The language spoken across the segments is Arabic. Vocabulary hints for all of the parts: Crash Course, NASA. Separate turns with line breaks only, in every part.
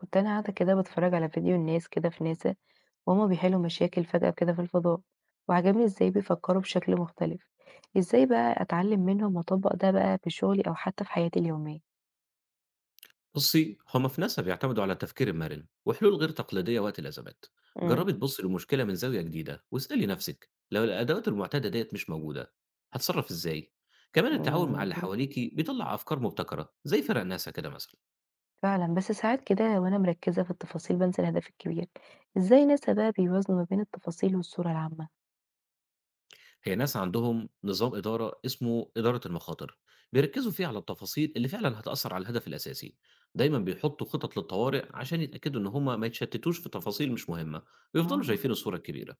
كنت أنا قاعدة كده باتفرج على فيديو الناس كده في ناسا، وهما بيحلوا مشاكل فجأة كده في الفضاء، وعجبني ازاي بيفكروا بشكل مختلف. ازاي بقى أتعلم منهم وأطبق ده بقى في شغلي أو حتى في حياتي اليومية؟
بُصّي، هُم في نَسَب يعتمدوا على التفكير المرن وحلول غير تقليدية وقت الأزمات.
مم.
جرّبي تبُصّي للمشكلة من زاوية جديدة واسألي نَفْسِك لو الأدوات المعتادة ديّة مش موجودة، هاتصرّف إزاي؟ كمان التعاون مع اللي
مم.
حواليكِ بيطلّع أفكار مبتكرة زي فرق ناسا كده مثلًا.
فعلا، بس ساعات كده وأنا مركزة في التفاصيل بنسى الهدف الكبير. ازاي ناسا بقى بيوازنوا ما بين التفاصيل والصورة العامة؟
هي ناسا عندهم نظام إدارة اسمه إدارة المخاطر، بيركّزوا فيه على التفاصيل اللي فعلًا هتأثّر على الهدف الأساسي. دايمًا بيحطّوا خطط للطوارئ عشان يتأكدوا إن هُم ما يتشتّتوش في تفاصيل مش مهمة ويفضلوا
اه،
شايفين الصورة الكبيرة.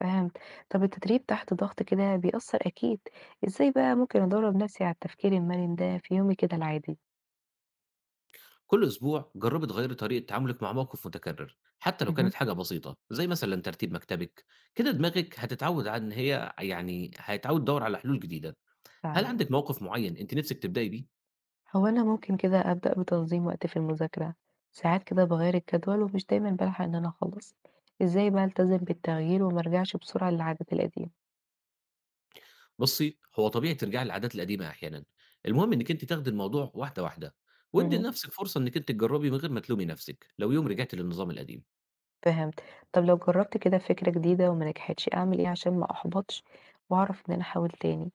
فهمت. طب التدريب تحت ضغط كده بيأثر أكيد. ازاي بقى ممكن أدرب نفسي على التفكير المرن ده في يومي كده العادي؟
كل أسبوع جربي تغيري طريقة تعاملِك مع موقف متكرر، حتى لو
مهم.
كانت حاجة بسيطة، زي مثلًا ترتيب مكتبِك، كده دماغِك هتتعود على إن هي هتتعود تدوّر على حلول جديدة. هل
فعلا.
عندِك موقف معيّن أنتِ نِفْسِك تبدئي بيه؟
هو أنا ممكن كده أبدأ بتنظيم وقتي في المذاكرة، ساعات كده باغير الجدول ومش دايما بالحق إن أنا أخلص، إزاي بقى ألتزم بالتغيير وما أرجعش بسرعة للعادات القديمة؟
بُصّي، هو طبيعي ترجعي للعادات القديمة أحيانًا، المهم إنِّك أنتِ تاخدي الموضوع واحدة، واحدة وادّي
اهم،
لنَفْسِك فرصة إنِّك أنتِ تجرّبي من غير ما تلومي نَفْسِك لو يوم رجعتِ للنظام القديم.
فهمت. طب لو جربت كده فكرة جديدة وما نجحتش أعمل إيه عشان ما أحبطش وأعرف إن أنا أحاول تاني؟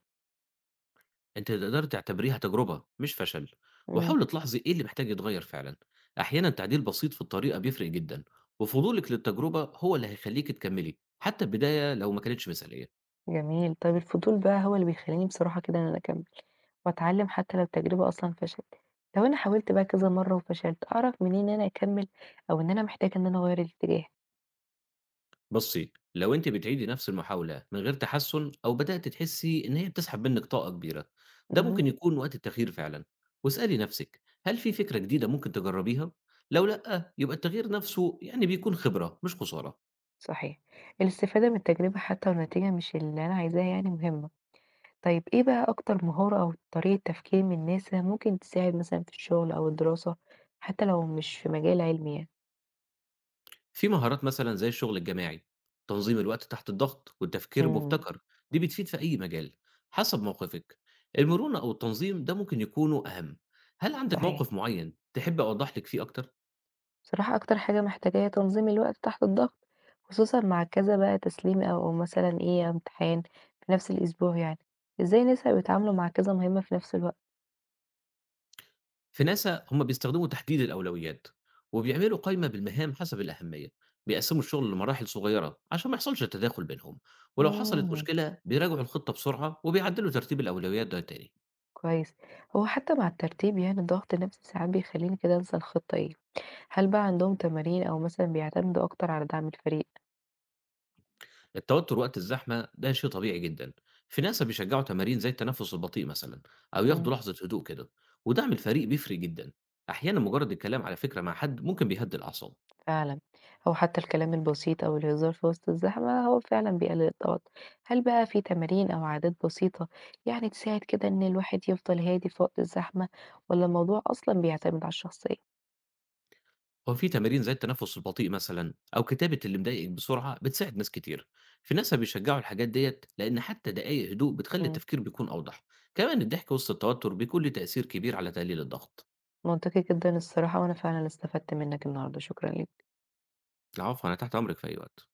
أنتِ تقدري تعتبريها تجربة مش فشل،
امم.
وحاولي تلاحظي إيه اللي محتاج يتغيّر فعلًا، أحيانًا تعديل بسيط في الطريقة بيفرق جدًا، وفضولِك للتجربة هو اللي هيخلّيكِ تكمّلي، حتى البداية لو ما كانتش مثالية.
جميل، طب الفضول بقى هو اللي بيخليني بصراحة كده إن أنا أكمل وأتعلم حتى لو التجربة أصلا فشلت. لو أنا حاولت بقى كذا مرة وفشلت أعرف منين إن أنا أكمل أو إن أنا محتاجة إن أنا أغير الاتجاه؟
بُصّي، لو أنتِ بتعيدي نفس المحاولة من غير تحسُّن أو بدأتِ تحسّي إن هي بتسحب منِّك طاقة كبيرة، ده
اهم.
ممكن يكون وقت التغيير فعلًا، واسألي نفسِك هل في فكرة جديدة ممكن تجرّبيها؟ لو لأ، يبقى التغيير نفسه بيكون خبرة مش خسارة.
صحيح. الاستفادة من التجربة حتى لو النتيجة مش اللي أنا عايزاها يعني مهمة. طيب إيه بقى أكتر مهارة أو طريقة تفكير من الناس اللي ممكن تساعد مثلًا في الشغل أو الدراسة حتى لو مش في مجال علمي يعني؟
في مهارات مثلًا زي الشغل الجماعي، تنظيم الوقت تحت الضغط، والتفكير
إمم،
مبتكر، دي بتفيد في أي مجال، حسب موقفِك. المرونة أو التنظيم ده ممكن يكونوا أهم. هل عندِك
صحيح.
موقف معين تحبّي أوضح لِك فيه أكتر؟
بصراحة أكتر حاجة محتاجة هي تنظيم الوقت تحت الضغط، خصوصًا مع كذا بقى تسليم أو مثلًا إيه، امتحان في نفس الأسبوع يعني. إزاي الناس هيبقوا بيتعاملوا مع كذا مهمة في نفس الوقت؟
في ناسا هم بيستخدموا تحديد الأولويات، وبيعملوا قايمة بالمهام حسب الأهمية، بيقسموا الشغل لمراحل صغيرة عشان ما يحصلش تداخل بينهم، ولو حصلت
إمم،
مشكلة بيراجعوا الخطة بسرعة وبيعدلوا ترتيب الأولويات ده تاني.
كويس. هو حتى مع الترتيب يعني الضغط النفسي ساعات بيخلّيني كده أنسى الخطة إيه. هل بقى عندهم تمارين أو مثلًا بيعتمدوا أكتر على دعم الفريق؟
التوتر وقت الزحمة ده شيء طبيعي جدًا، في ناسا بيشجعوا تمارين زي التنفس البطيء مثلًا، أو
إمم،
ياخدوا لحظة هدوء كده، ودعم الفريق بيفرق جدًا، أحيانًا مجرد الكلام على فكرة مع حد ممكن بيهدي الأعصاب،
فعلًا، أو حتى الكلام البسيط أو الهزار في وسط الزحمة هو فعلًا بيقلل التوتر. هل بقى في تمارين أو عادات بسيطة يعني تساعد كده إن الواحد يفضل هادي في وقت الزحمة، والّا الموضوع أصلًا بيعتمد على الشخصية؟
هو في تمارين زي التنفس البطيء مثلًا، أو كتابة اللي مضايقك بسرعة بتساعد ناس كتير، في ناسا بيشجعوا الحاجات ديّة لأن حتى دقايق هدوء بتخلي
إمم،
التفكير بيكون أوضح، كمان الضحك وسط التوتر بيكون ليه تأثير كبير على تقليل الضغط.
منطقي جدًا الصراحة، وأنا فعلًا استفدت منك النهارده، شكرًا ليك.
العفو أنا تحت أمرك في أي وقت.